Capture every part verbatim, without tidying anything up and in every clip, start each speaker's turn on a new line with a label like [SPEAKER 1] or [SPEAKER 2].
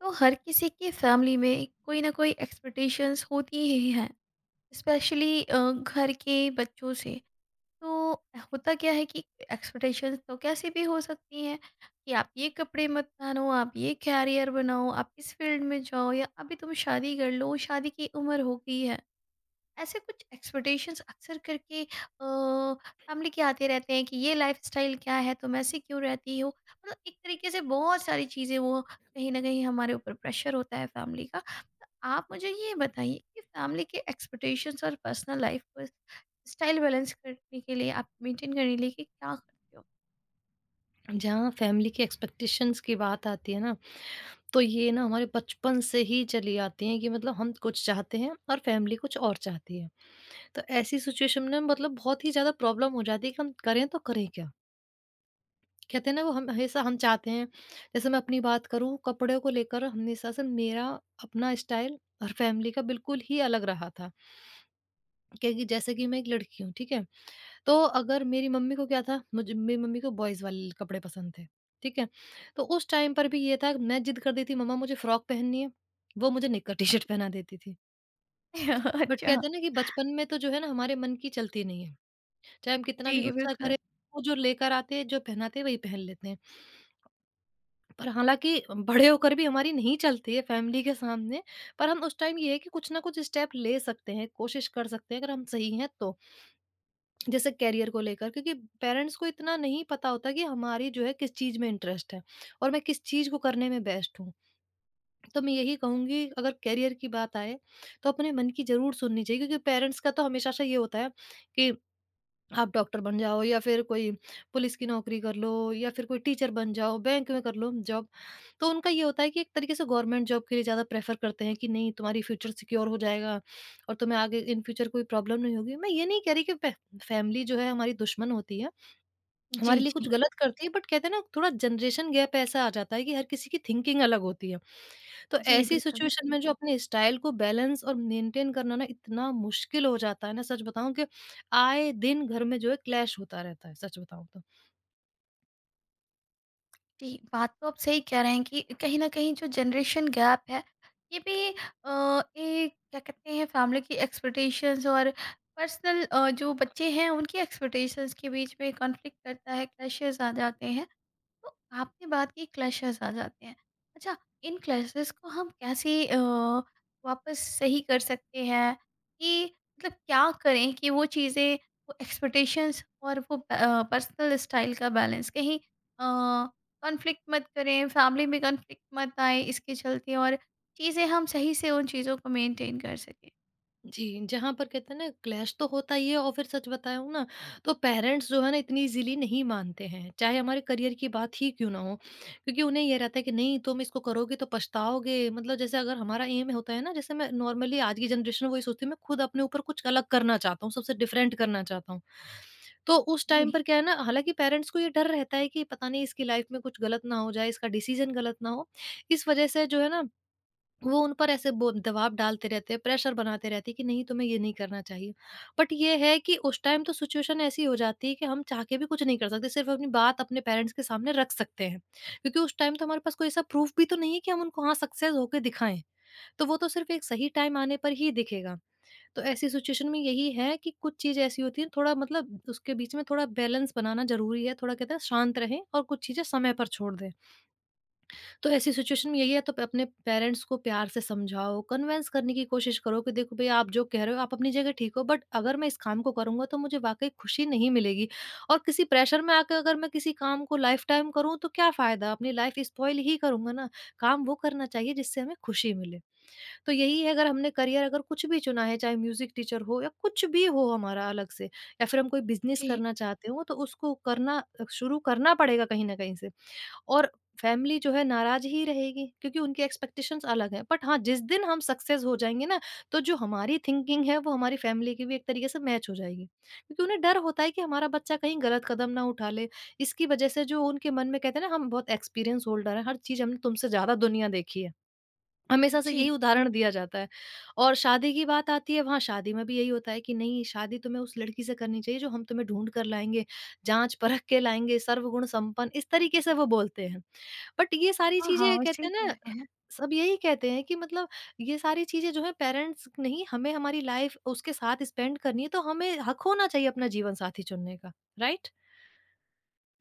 [SPEAKER 1] तो हर किसी की फैमिली में कोई ना कोई एक्सपेक्टेशंस होती ही हैं। स्पेशली घर के बच्चों से। तो होता क्या है कि एक्सपेक्टेशंस तो कैसी भी हो सकती हैं, कि आप ये कपड़े मत पहनो, आप ये कैरियर बनाओ, आप इस फील्ड में जाओ, या अभी तुम शादी कर लो, शादी की उम्र हो गई है। ऐसे कुछ एक्सपेक्टेशंस अक्सर करके फैमिली के आते रहते हैं, कि ये लाइफस्टाइल क्या है, तुम ऐसे क्यों रहती हो। मतलब एक तरीके से बहुत सारी चीज़ें, वो कहीं ना कहीं हमारे ऊपर प्रेशर होता है फैमिली का। तो आप मुझे ये बताइए कि फैमिली के एक्सपेक्टेशंस और पर्सनल लाइफ पर स्टाइल बैलेंस करने के लिए, आप मेंटेन करने के लिए क्या करते हो?
[SPEAKER 2] जहाँ फैमिली की एक्सपेक्टेशंस की बात आती है ना, तो ये ना हमारे बचपन से ही चली आती है कि मतलब हम कुछ चाहते हैं और फैमिली कुछ और चाहती है। तो ऐसी सिचुएशन में मतलब बहुत ही ज़्यादा प्रॉब्लम हो जाती है कि हम करें तो करें क्या। कहते हैं ना वो हम हमेशा हम चाहते हैं। जैसे मैं अपनी बात करूँ, कपड़े को लेकर हमेशा से मेरा अपना स्टाइल और फैमिली का बिल्कुल ही अलग रहा था। क्योंकि जैसे कि मैं एक लड़की हूँ, ठीक है? तो अगर मेरी मम्मी को क्या था, मुझे मेरी मम्मी को बॉयज़ वाले कपड़े पसंद थे, ठीक है? तो उस टाइम पर भी ये था, मैं ज़िद कर देती मम्मा मुझे फ्रॉक पहननी है, वो मुझे निक्कर टी-शर्ट पहना देती थी। बट कहते
[SPEAKER 1] अच्छा।
[SPEAKER 2] हैं ना कि बचपन में तो जो है ना, हमारे मन की चलती नहीं है, चाहे हम कितना भी
[SPEAKER 1] जी
[SPEAKER 2] गुस्सा
[SPEAKER 1] बिल्कुल।
[SPEAKER 2] करें, वो जो लेकर आते हैं, जो पहनाते हैं वही पहन लेते हैं। पर हालाँकि बड़े होकर भी हमारी नहीं चलती है फैमिली के सामने, पर हम उस टाइम ये है कि कुछ ना कुछ स्टेप ले सकते हैं, कोशिश कर सकते हैं अगर हम सही हैं तो। जैसे करियर को लेकर, क्योंकि पेरेंट्स को इतना नहीं पता होता कि हमारी जो है किस चीज में इंटरेस्ट है और मैं किस चीज को करने में बेस्ट हूँ। तो मैं यही कहूंगी, अगर करियर की बात आए तो अपने मन की जरूर सुननी चाहिए, क्योंकि पेरेंट्स का तो हमेशा से ये होता है कि आप डॉक्टर बन जाओ या फिर कोई पुलिस की नौकरी कर लो या फिर कोई टीचर बन जाओ, बैंक में कर लो जॉब। तो उनका ये होता है कि एक तरीके से गवर्नमेंट जॉब के लिए ज़्यादा प्रेफ़र करते हैं कि नहीं, तुम्हारी फ्यूचर सिक्योर हो जाएगा और तुम्हें आगे इन फ्यूचर कोई प्रॉब्लम नहीं होगी। मैं ये नहीं कह रही कि फ़ै फ़ैमिली जो है हमारी दुश्मन होती है,
[SPEAKER 1] जी
[SPEAKER 2] हमारे लिए
[SPEAKER 1] जी।
[SPEAKER 2] कुछ गलत करती है। बट कहते हैं ना, थोड़ा जनरेशन गैप ऐसा आ जाता है कि हर किसी की थिंकिंग अलग होती है। तो
[SPEAKER 1] जी
[SPEAKER 2] ऐसी
[SPEAKER 1] बिल्कुल।
[SPEAKER 2] सिचुएशन में जो अपने स्टाइल को बैलेंस और मेंटेन करना ना, इतना मुश्किल हो जाता है ना, सच बताऊं कि आए दिन घर में जो है क्लैश होता रहता है, सच बताऊं तो।
[SPEAKER 1] जी, बात तो आप सही कह रहे हैं कि कहीं न कहीं जो जनरेशन गैप है, ये भी अ, एक क्या कहते हैं, फैमिली की एक्सपेक्टेशंस और पर्सनल अ, जो बच्चे हैं उनकी एक्सपेक्टेशंस के बीच में कॉन्फ्लिक्ट करता है, क्लैशेज़ आ जाते हैं। तो आपने बात की, क्लैशेस आ जाते हैं। अच्छा, इन क्लैशेस को हम कैसे अ, वापस सही कर सकते हैं, कि मतलब क्या करें कि वो चीज़ें, वो एक्सपेक्टेशंस और वो प अ, पर्सनल स्टाइल का बैलेंस कहीं अ, कॉन्फ्लिक्ट मत करें, फैमिली में कॉन्फ्लिक्ट मत आए इसके चलते, और चीज़ें हम सही से उन चीज़ों को मेंटेन कर सकें?
[SPEAKER 2] जी, जहाँ पर कहते हैं ना क्लैश तो होता ही है, और फिर सच बताऊँ ना, तो पेरेंट्स जो है ना इतनी ईज़िली नहीं मानते हैं, चाहे हमारे करियर की बात ही क्यों ना हो। क्योंकि उन्हें ये रहता है कि नहीं, तुम इसको करोगे तो पछताओगे। मतलब जैसे अगर हमारा एम होता है ना, जैसे मैं नॉर्मली आज की जनरेशन वही सोचती है, मैं खुद अपने ऊपर कुछ अलग करना चाहता हूँ, सबसे डिफरेंट करना चाहता हूँ। तो उस
[SPEAKER 1] जी।
[SPEAKER 2] टाइम पर क्या है ना, हालाँकि पेरेंट्स को ये डर रहता है कि पता नहीं इसकी लाइफ़ में कुछ गलत ना हो जाए, इसका डिसीज़न गलत ना हो। इस वज़ह से जो है ना, वो उन पर ऐसे बो दबाव डालते रहते हैं, प्रेशर बनाते रहते हैं कि नहीं, तुम्हें ये नहीं करना चाहिए। बट ये है कि उस टाइम तो सिचुएशन ऐसी हो जाती है कि हम चाह के भी कुछ नहीं कर सकते, सिर्फ अपनी बात अपने पेरेंट्स के सामने रख सकते हैं। क्योंकि उस टाइम तो हमारे पास कोई ऐसा प्रूफ भी तो नहीं है कि हम उनको हाँ, सक्सेस होके दिखाएँ। तो वो तो सिर्फ एक सही टाइम आने पर ही दिखेगा। तो ऐसी सिचुएशन में यही है कि कुछ चीज़ ऐसी होती है, थोड़ा मतलब उसके बीच में थोड़ा बैलेंस बनाना ज़रूरी है, थोड़ा कहते हैं शांत रहें और कुछ चीज़ें समय पर छोड़ दें। तो ऐसी सिचुएशन में यही है, तो प अपने पेरेंट्स को प्यार से समझाओ, कन्विंस करने की कोशिश करो कि देखो भई, आप जो कह रहे हो आप अपनी जगह ठीक हो, बट अगर मैं इस काम को करूँगा तो मुझे वाक़ई खुशी नहीं मिलेगी। और किसी प्रेशर में आके अगर मैं किसी काम को लाइफ़ टाइम करूँ तो क्या फ़ायदा? अपनी लाइफ़ स्पॉइल ही करूँगा ना। काम वो करना चाहिए जिससे हमें खुशी मिले। तो यही है, अगर हमने करियर अगर कुछ भी चुना है, चाहे म्यूज़िक टीचर हो या कुछ भी हो हमारा अलग से, या फिर हम कोई बिज़नेस
[SPEAKER 1] जी,
[SPEAKER 2] करना चाहते हो, तो उसको करना अ, शुरू करना पड़ेगा कहीं न कहीं से। और फैमिली जो है नाराज़ ही रहेगी, क्योंकि उनकी एक्सपेक्टेशंस अलग हैं। बट हाँ, जिस दिन हम सक्सेस हो जाएँगे ना, तो जो हमारी थिंकिंग है वो हमारी फैमिली की भी एक तरीके से मैच हो जाएगी। क्योंकि उन्हें डर होता है कि हमारा बच्चा कहीं गलत कदम ना उठा ले। इसकी वज़ह से जो उनके मन में कहते हैं ना, हम बहुत एक्सपीरियंस होल्डर हैं, हर चीज़ हमने तुमसे ज़्यादा दुनिया देखी है। हमेशा से यही
[SPEAKER 1] जी।
[SPEAKER 2] उदाहरण दिया जाता है। और शादी की बात आती है, वहाँ शादी में भी यही होता है कि नहीं, शादी तुम्हें उस लड़की से करनी चाहिए जो हम तुम्हें ढूँढ कर लाएँगे, जाँच-परख के लाएँगे, सर्वगुण संपन्न, इस तरीके से वो बोलते हैं। बट ये सारी
[SPEAKER 1] हाँ,
[SPEAKER 2] चीज़ें
[SPEAKER 1] हाँ,
[SPEAKER 2] कहते
[SPEAKER 1] सही
[SPEAKER 2] हैं
[SPEAKER 1] कह
[SPEAKER 2] ना,
[SPEAKER 1] रहे हैं।
[SPEAKER 2] सब यही कहते हैं कि मतलब ये सारी चीज़ें जो है पेरेंट्स, नहीं, हमें हमारी लाइफ़ उसके साथ स्पेंड करनी है, तो हमें हक होना चाहिए अपना जीवनसाथी चुनने का, राइट?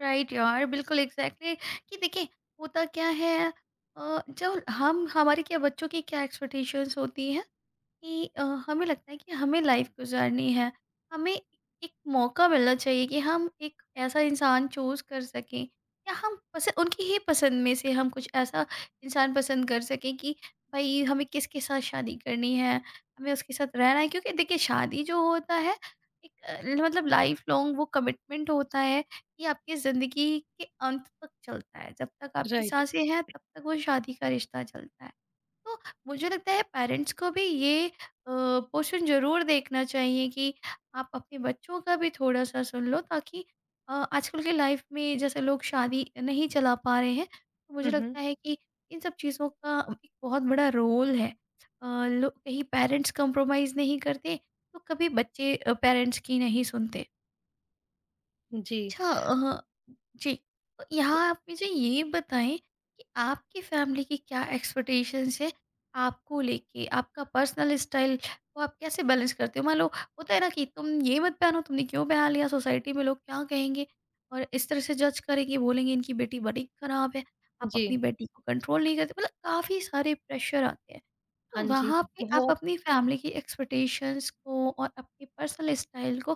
[SPEAKER 1] राइट यार, बिल्कुल एग्जैक्टली exactly, कि देखिए होता क्या है, अ, जब हम हमारे क्या बच्चों की क्या एक्सपेक्टेशंस होती है, कि अ, हमें लगता है कि हमें लाइफ गुजारनी है। हमें एक मौका मिलना चाहिए कि हम एक ऐसा इंसान चूज़ कर सकें, या हम पस उनकी ही पसंद में से हम कुछ ऐसा इंसान पसंद कर सकें कि भई हमें किसके साथ शादी करनी है, हमें उसके साथ रहना है। क्योंकि देखिए शादी जो होता है एक अ, मतलब लाइफ लॉन्ग वो कमिटमेंट होता है, कि आपकी ज़िंदगी के अंत तक चलता है। जब तक आपकी
[SPEAKER 2] राइट।
[SPEAKER 1] साँसें हैं तब तक वो शादी का रिश्ता चलता है। तो मुझे लगता है पेरेंट्स को भी ये अ, पोर्शन ज़रूर देखना चाहिए कि आप अपने बच्चों का भी थोड़ा-सा सुन लो, ताकि अ, आजकल के लाइफ में जैसे लोग शादी नहीं चला पा रहे हैं, तो मुझे
[SPEAKER 2] हुँ, हुँ।
[SPEAKER 1] लगता है कि इन सब चीज़ों का एक बहुत बड़ा रोल है। अ, लो, कहीं पेरेंट्स कॉम्प्रोमाइज़ नहीं करते, तो कभी बच्चे अ, पेरेंट्स की नहीं सुनते।
[SPEAKER 2] जी,
[SPEAKER 1] अच्छा अ, जी। तो
[SPEAKER 2] तो
[SPEAKER 1] यहाँ आप मुझे ये बताएं कि आपकी फैमिली की क्या एक्सपेक्टेशंस है आपको लेके, आपका पर्सनल स्टाइल को आप कैसे बैलेंस करते हो? मान लो होता है ना कि तुम ये मत पहनो, तुमने क्यों पहन लिया, सोसाइटी में लोग क्या कहेंगे, और इस तरह से जज करेंगे, बोलेंगे इनकी बेटी बड़ी खराब है, आप
[SPEAKER 2] जी।
[SPEAKER 1] अपनी बेटी को कंट्रोल नहीं करते। मतलब काफ़ी सारे प्रेशर आते हैं। तो
[SPEAKER 2] हाँ जी,
[SPEAKER 1] वहाँ पे आप
[SPEAKER 2] बहुत।
[SPEAKER 1] अपनी फैमिली की एक्सपेक्टेशंस को और अपने पर्सनल स्टाइल को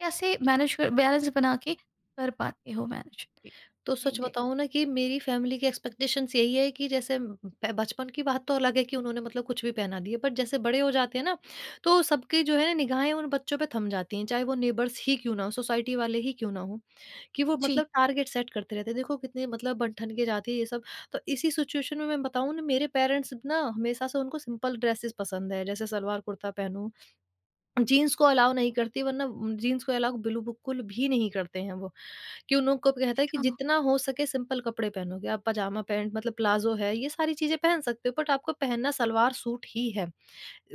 [SPEAKER 1] कैसे मैनेज कर, बैलेंस बना के कर पाते हो? मैनेज। जी।
[SPEAKER 2] तो सच
[SPEAKER 1] मेंटेन।
[SPEAKER 2] बताऊँ ना कि मेरी फ़ैमिली की एक्सपेक्टेशंस यही है कि जैसे ब बचपन की बात तो अलग है कि उन्होंने मतलब कुछ भी पहना दिया, बट जैसे बड़े हो जाते हैं ना, तो सबकी जो है ना निगाहें उन बच्चों पे थम जाती हैं, चाहे वो नेबर्स ही क्यों ना हो, सोसाइटी वाले ही क्यों ना हों। कि वो मतलब
[SPEAKER 1] जी।
[SPEAKER 2] टारगेट सेट करते रहते हैं। देखो कितने मतलब बन-ठन के जाती है ये सब। तो इसी सिचुएशन में मैं बताऊँ ना, मेरे पेरेंट्स ना हमेशा से उनको सिंपल ड्रेसेस पसंद है, जैसे सलवार-कुर्ता पहनूँ। जीन्स को अलाउ नहीं करती वरना उम, जीन्स को अलाउ बिल्कुल भी नहीं करते हैं वो, कि उन लोग को भी कहता है कि
[SPEAKER 1] हाँ।
[SPEAKER 2] जितना हो सके सिंपल कपड़े पहनोगे। आप पजामा पैंट, मतलब प्लाज़ो है, ये सारी चीज़ें पहन सकते हो, बट आपको पहनना सलवार सूट ही है।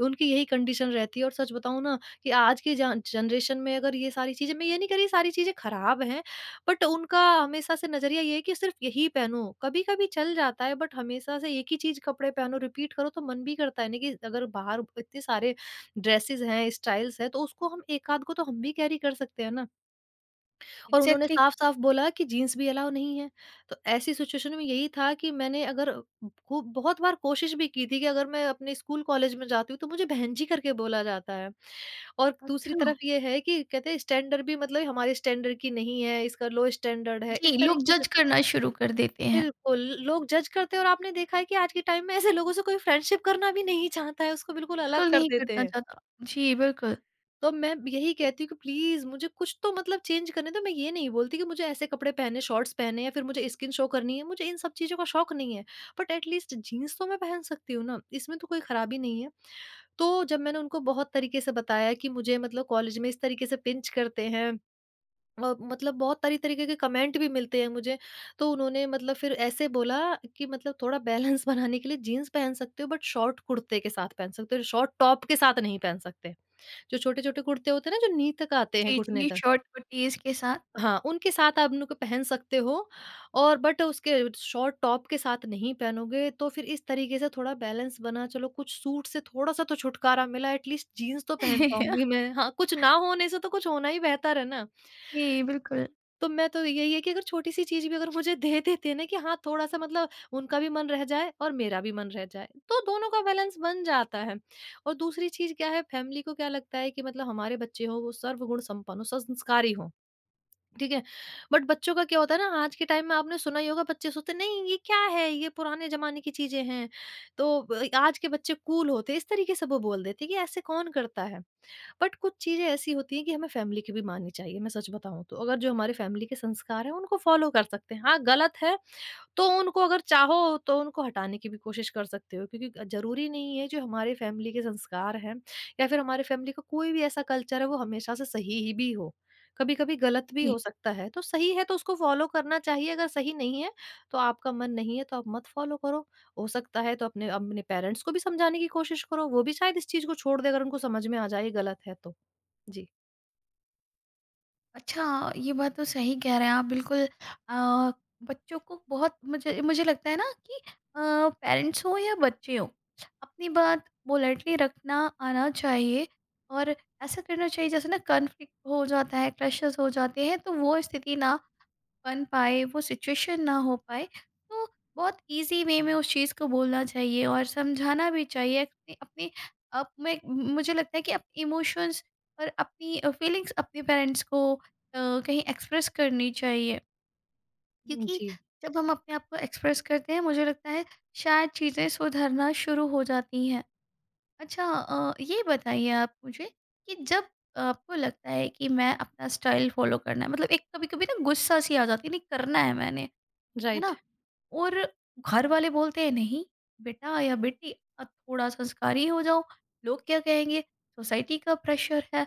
[SPEAKER 2] उनकी यही कंडीशन रहती है। और सच बताऊँ ना कि आज के जान जनरेशन में, अगर ये सारी चीज़ें, मैं ये नहीं कह रही सारी चीज़ें खराब हैं, बट उनका हमेशा से नज़रिया ये है कि सिर्फ़ यही पहनो। कभी-कभी चल जाता है, बट हमेशा से एक ही चीज़ कपड़े पहनो, रिपीट करो, तो मन भी करता है ना कि अगर बाहर इतने सारे ड्रेसेज़ हैं, स्टाइल्स हैं, तो उसको हम एक आध को तो हम भी कैरी कर सकते हैं ना। और उन्होंने
[SPEAKER 1] एग्जैक्टली।
[SPEAKER 2] साफ-साफ बोला कि जीन्स भी अलाउ नहीं है। तो ऐसी सिचुएशन में यही था कि मैंने अगर खूब बहुत बार कोशिश भी की थी कि अगर मैं अपने स्कूल कॉलेज में जाती हूँ तो मुझे बहन जी करके बोला जाता है। और दूसरी
[SPEAKER 1] अच्छा।
[SPEAKER 2] तरफ ये है कि कहते हैं स्टैंडर्ड भी, मतलब हमारे स्टैंडर्ड की नहीं है, इसका लो स्टैंडर्ड है,
[SPEAKER 1] जी,
[SPEAKER 2] इस
[SPEAKER 1] लोग
[SPEAKER 2] तरीके से।
[SPEAKER 1] जज करना शुरू कर देते हैं।
[SPEAKER 2] बिल्कुल, लोग जज करते हैं, और आपने देखा है कि आज के टाइम में ऐसे लोगों से कोई फ्रेंडशिप करना भी नहीं चाहता है, उसको बिल्कुल अलग
[SPEAKER 1] बिल्कुल
[SPEAKER 2] कर
[SPEAKER 1] नहीं
[SPEAKER 2] देते
[SPEAKER 1] करना
[SPEAKER 2] हैं।
[SPEAKER 1] चाहता। जी बिल्कुल।
[SPEAKER 2] तो मैं यही कहती हूँ कि प्लीज़ मुझे कुछ तो मतलब चेंज करने दो। मैं ये नहीं बोलती कि मुझे ऐसे कपड़े पहने, शॉर्ट्स पहने या फिर मुझे स्किन शो करनी है, मुझे इन सब चीज़ों का शौक नहीं है। बट एट लीस्ट जीन्स तो मैं पहन सकती हूँ ना, इसमें तो कोई खराबी नहीं है। तो जब मैंने उनको बहुत तरीके से बताया कि मुझे मतलब कॉलेज में इस तरीके से पिंच करते हैं, और मतलब बहुत सारी तरीके के कमेंट भी मिलते हैं मुझे। तो उन्होंने मतलब फिर ऐसे बोला कि मतलब थोड़ा बैलेंस बनाने के लिए जीन्स पहन सकते हो, बट शॉर्ट कुर्ते के साथ पहन सकते हो, शॉर्ट टॉप के साथ नहीं पहन सकते। जो छोटे-छोटे कुर्ते होते हैं ना, जो नी तक आते हैं,
[SPEAKER 1] जी
[SPEAKER 2] घुटने
[SPEAKER 1] जी,
[SPEAKER 2] तक।
[SPEAKER 1] शॉर्ट को टीज के साथ।
[SPEAKER 2] हाँ, उनके साथ आप उनको पहन सकते हो, और बट उसके शॉर्ट टॉप के साथ नहीं पहनोगे, तो फिर इस तरीके से थोड़ा बैलेंस बना चलो, कुछ सूट से थोड़ा-सा तो छुटकारा मिला, एटलीस्ट जीन्स तो पहन पाऊँगी मैं। हाँ, कुछ ना होने से तो कुछ होना ही बेहतर है ना।
[SPEAKER 1] जी बिल्कुल।
[SPEAKER 2] तो मैं तो यही है कि अगर छोटी-सी चीज़ भी अगर मुझे दे देते हैं ना कि हाँ, थोड़ा-सा मतलब उनका भी मन रह जाए और मेरा भी मन रह जाए, तो दोनों का बैलेंस बन जाता है। और दूसरी चीज़ क्या है, फैमिली को क्या लगता है कि मतलब हमारे बच्चे हों, वो सर्वगुण संपन्न हों, संस्कारी हों, ठीक है? बट बच्चों का क्या होता है ना, आज के टाइम में आपने सुना ही होगा, बच्चे सोचते हैं, "नहीं, ये क्या है? ये पुराने ज़माने की चीज़ें हैं।" तो ब आज के बच्चे कूल होते हैं, इस तरीके से वो बोल देते हैं कि ऐसे कौन करता है? बट कुछ चीज़ें ऐसी होती हैं कि हमें फैमिली की भी माननी चाहिए, मैं सच बताऊँ तो। अगर जो हमारे फैमिली के संस्कार हैं, उनको फ़ॉलो कर सकते हैं। हाँ, गलत है, तो उनको अगर चाहो, तो उनको हटाने की भी कोशिश कर सकते हो क्योंकि ज़रूरी नहीं है, जो हमारे फैमिली के संस्कार हैं या फिर हमारे फैमिली का कोई भी ऐसा कल्चर है, वो हमेशा से सही ही भी हो। कभी-कभी गलत भी हो सकता है, तो सही है तो उसको फ़ॉलो करना चाहिए, अगर सही नहीं है, तो आपका मन नहीं है, तो आप मत फ़ॉलो करो। हो सकता है, तो अपने अपने पेरेंट्स को भी समझाने की कोशिश करो, वो भी शायद इस चीज़ को छोड़ दें, अगर उनको समझ में आ जाए ये गलत है तो। जी,
[SPEAKER 1] अच्छा, ये बात तो सही कह रहे हैं आप बिल्कुल। अ, बच्चों को बहुत मुझे मुझे लगता है ना, कि अ, पेरेंट्स हो या बच्चे हों, अपनी बात पोलाइटली रखना आना चाहिए। और ऐसा करना चाहिए जैसे ना कॉन्फ्लिक्ट हो जाता है, क्लैशेस हो जाते हैं, तो वो स्थिति ना बन पाए, वो सिचुएशन ना हो पाए, तो बहुत ईज़ी वे में उस चीज़ को बोलना चाहिए और समझाना भी चाहिए। अपने अपने आप में मुझे लगता है कि अपने इमोशंस और अपनी अ, फीलिंग्स अपने पेरेंट्स को अ, कहीं एक्सप्रेस करनी चाहिए। क्योंकि
[SPEAKER 2] जी,
[SPEAKER 1] जब हम अपने आप को एक्सप्रेस करते हैं, मुझे लगता है शायद चीज़ें सुधरना शुरू हो जाती हैं। अच्छा अ, ये बताइए आप मुझे, कि जब आपको लगता है कि मैं अपना स्टाइल फ़ॉलो करना है, मतलब एक कभी-कभी ना गुस्सा-सी आ जाती है, नहीं करना है मैंने। है
[SPEAKER 2] राइट।
[SPEAKER 1] ना? और घर वाले बोलते हैं नहीं बेटा या बेटी अब थोड़ा संस्कारी हो जाओ, लोग क्या कहेंगे? सोसाइटी का प्रेशर है।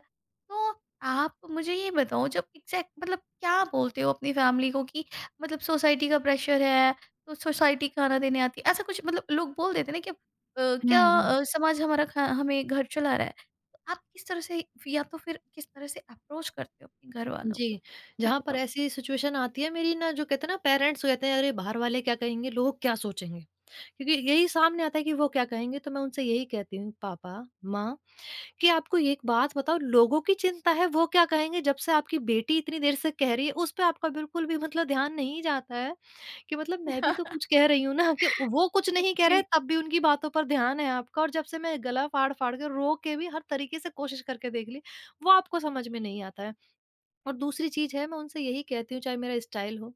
[SPEAKER 1] तो आप मुझे ये बताओ जब एग्ज़ैक्ट मतलब क्या बोलते हो अपनी फैमिली को कि मतलब सोसाइटी का प्रेशर है, तो सोसाइटी खाना देने आती है? ऐसा कुछ मतलब लोग बोल देते हैं ना कि अ,
[SPEAKER 2] हुँ,
[SPEAKER 1] क्या
[SPEAKER 2] हुँ।
[SPEAKER 1] अ, समाज हमारा खा हमें घर चला रहा है। तो आप किस तरह से, या तो फिर किस तरह से अप्रोच करते हो अपने घर वालों को?
[SPEAKER 2] जी,
[SPEAKER 1] ये
[SPEAKER 2] जहाँ पर
[SPEAKER 1] बताओ?
[SPEAKER 2] ऐसी सिचुएशन आती है मेरी ना जो कहते हैं ना पेरेंट्स कहते हैं अरे बाहर वाले क्या कहेंगे, लोग क्या सोचेंगे? क्योंकि यही सामने आता है कि वो क्या कहेंगे तो मैं उनसे यही कहती हूँ पापा, माँ कि आपको एक बात बताओ, लोगों की चिंता है वो क्या कहेंगे, जब से आपकी बेटी इतनी देर से कह रही है उस पे आपका बिल्कुल भी मतलब ध्यान नहीं जाता है कि मतलब मैं भी तो कुछ कह रही हूँ ना कि वो कुछ नहीं कह
[SPEAKER 1] जी।
[SPEAKER 2] रहे तब भी उनकी बातों पर ध्यान है आपका। और जब से मैं गला फाड़ फाड़ के रो के भी हर तरीके से कोशिश करके देख ली, वो आपको समझ में नहीं आता है। और दूसरी चीज़ है, मैं उनसे यही कहती हूँ चाहे मेरा स्टाइल हो,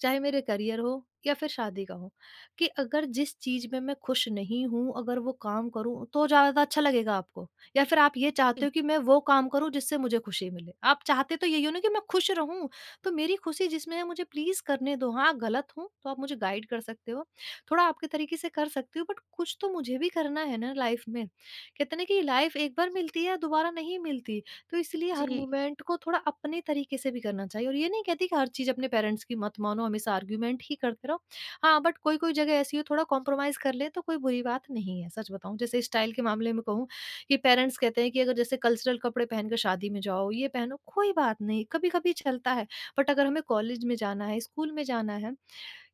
[SPEAKER 2] चाहे मेरे करियर हो या फिर शादी का हो, कि अगर जिस चीज़ में मैं खुश नहीं हूँ, अगर वो काम करूँ तो ज़्यादा अच्छा लगेगा आपको, या फिर आप ये
[SPEAKER 1] जी।
[SPEAKER 2] चाहते हो कि मैं वो काम करूँ जिससे मुझे खुशी मिले। आप चाहते तो यही हो ना कि मैं खुश रहूँ, तो मेरी खुशी जिसमें है मुझे प्लीज़ करने दो। हाँ, गलत हूँ तो आप मुझे गाइड कर सकते हो, थोड़ा आपके तरीके से कर सकती हो, बट कुछ तो मुझे भी करना है ना लाइफ़ में। कहते हैं ना कि लाइफ़ एक बार मिलती है, दोबारा नहीं मिलती। है। तो इसलिए हर
[SPEAKER 1] जी।
[SPEAKER 2] मूवमेंट को थोड़ा अपने तरीके से भी करना चाहिए। और ये नहीं कहती कि हर चीज़ अपने पेरेंट्स की मत मानो, हमेशा आर्ग्यूमेंट ही करते रहो। हाँ, बट कोई-कोई जगह ऐसी हो थोड़ा कॉम्प्रोमाइज़ कर लें तो कोई बुरी बात नहीं है, सच बताऊँ। जैसे स्टाइल के मामले में कहूँ कि पेरेंट्स कहते हैं कि अगर जैसे कल्चरल कपड़े पहनकर शादी में जाओ, ये पहनो, कोई बात नहीं, कभी-कभी चलता है। बट अगर हमें कॉलेज में जाना है, स्कूल में जाना है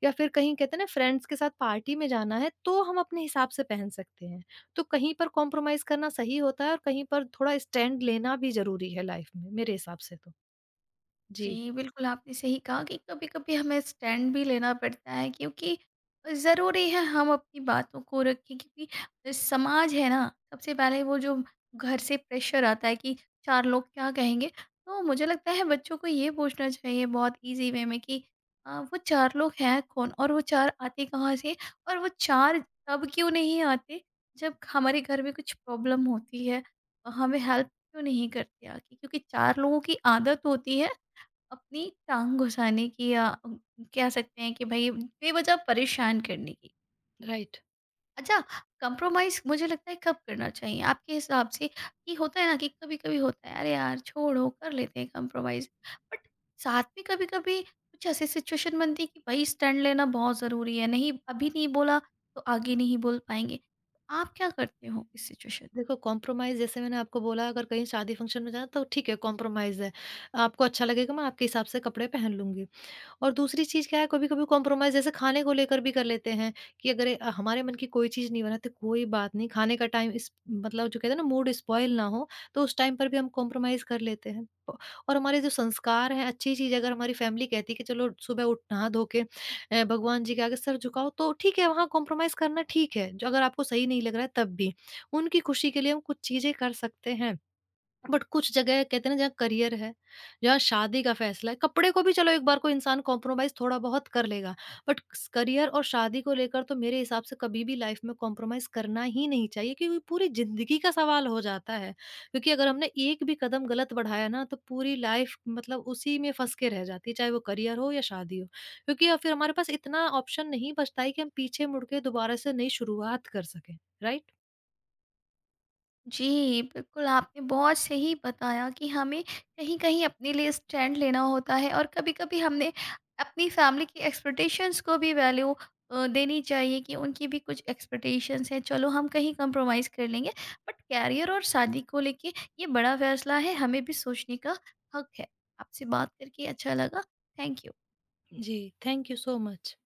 [SPEAKER 2] या फिर कहीं कहते हैं ना फ्रेंड्स के साथ पार्टी में जाना है, तो हम अपने हिसाब से पहन सकते हैं। तो कहीं पर कॉम्प्रोमाइज़ करना सही होता है और कहीं पर थोड़ा स्टैंड लेना भी ज़रूरी है लाइफ़ में, मेरे हिसाब से तो। जी।
[SPEAKER 1] जी, बिल्कुल, आपने सही कहा कि कभी-कभी हमें स्टैंड भी लेना पड़ता है, क्योंकि ज़रूरी है हम अपनी बातों को रखें। क्योंकि समाज है ना, सबसे पहले वो जो घर से प्रेशर आता है कि चार लोग क्या कहेंगे? तो मुझे लगता है बच्चों को ये पूछना चाहिए बहुत ईज़ी वे में कि अ, वो चार लोग हैं कौन? और वो चार आते कहाँ से? और वो चार तब क्यों नहीं आते जब हमारे घर में कुछ प्रॉब्लम होती है? और हमें हेल्प क्यों नहीं करते आके? क्योंकि चार लोगों की आदत होती है अपनी टांग घुसाने की, या कह सकते हैं कि भाई बेवजह परेशान करने की।
[SPEAKER 2] राइट।
[SPEAKER 1] अच्छा, कंप्रोमाइज़ मुझे लगता है कब करना चाहिए आपके हिसाब से? कि होता है ना कि कभी-कभी होता है, अरे यार छोड़ो कर लेते हैं कंप्रोमाइज़। बट साथ में कभी-कभी कुछ ऐसी सिचुएशन बनती है कि भाई स्टैंड लेना बहुत ज़रूरी है, नहीं अभी नहीं बोला तो आगे नहीं बोल पाएँगे। आप क्या करते हो इस सिचुएशन?
[SPEAKER 2] देखो कॉम्प्रोमाइज़ जैसे मैंने आपको बोला, अगर कहीं शादी फंक्शन में जाना तो ठीक है, कॉम्प्रोमाइज़ है। आपको अच्छा लगेगा, मैं आपके हिसाब से कपड़े पहन लूँगी। और दूसरी चीज़ क्या है, कभी-कभी कॉम्प्रोमाइज़ जैसे खाने को लेकर भी कर लेते हैं कि अगर अ, हमारे मन की कोई चीज़ नहीं बना तो कोई बात नहीं, खाने का टाइम इस मतलब जो कहते हैं ना मूड स्पॉइल ना हो, तो उस टाइम पर भी हम कॉम्प्रोमाइज़ कर लेते हैं। प और हमारे जो संस्कार हैं, अच्छी चीज़ अगर हमारी फैमिली कहती है कि चलो सुबह उठ नहा-धो के अ, भगवान जी के आगे सर झुकाओ तो ठीक है, वहाँ कॉम्प्रोमाइज़ करना ठीक है, जो अगर आपको सही नहीं लग रहा है तब भी। उनकी खुशी के लिए हम कुछ चीज़ें कर सकते हैं। बट कुछ जगह कहते हैं ना जहाँ करियर है, जहाँ शादी का फैसला है, कपड़े को भी चलो एक बार कोई इंसान कॉम्प्रोमाइज थोड़ा बहुत कर लेगा, बट करियर और शादी को लेकर तो मेरे हिसाब से कभी भी लाइफ में कॉम्प्रोमाइज करना ही नहीं चाहिए, क्योंकि पूरी जिंदगी का सवाल हो जाता है। क्योंकि अगर हमने एक भी कदम गलत बढ़ाया ना तो पूरी लाइफ मतलब उसी में फंस के रह जाती है, चाहे वो करियर हो या शादी हो, क्योंकि या फिर हमारे पास इतना ऑप्शन नहीं बचता है कि हम पीछे मुड़ के दोबारा से नई शुरुआत कर सकें। राइट।
[SPEAKER 1] जी, बिल्कुल, आपने बहुत सही बताया कि हमें कहीं-कहीं अपने लिए स्टैंड लेना होता है, और कभी-कभी हमने अपनी फैमिली की एक्सपेक्टेशंस को भी वैल्यू अ, देनी चाहिए, कि उनकी भी कुछ एक्सपेक्टेशंस हैं, चलो हम कहीं कंप्रोमाइज़ कर लेंगे। बट करियर और शादी को लेके ये बड़ा फैसला है, हमें भी सोचने का हक है। आपसे बात करके अच्छा लगा, थैंक यू।
[SPEAKER 2] जी। Thank you so much.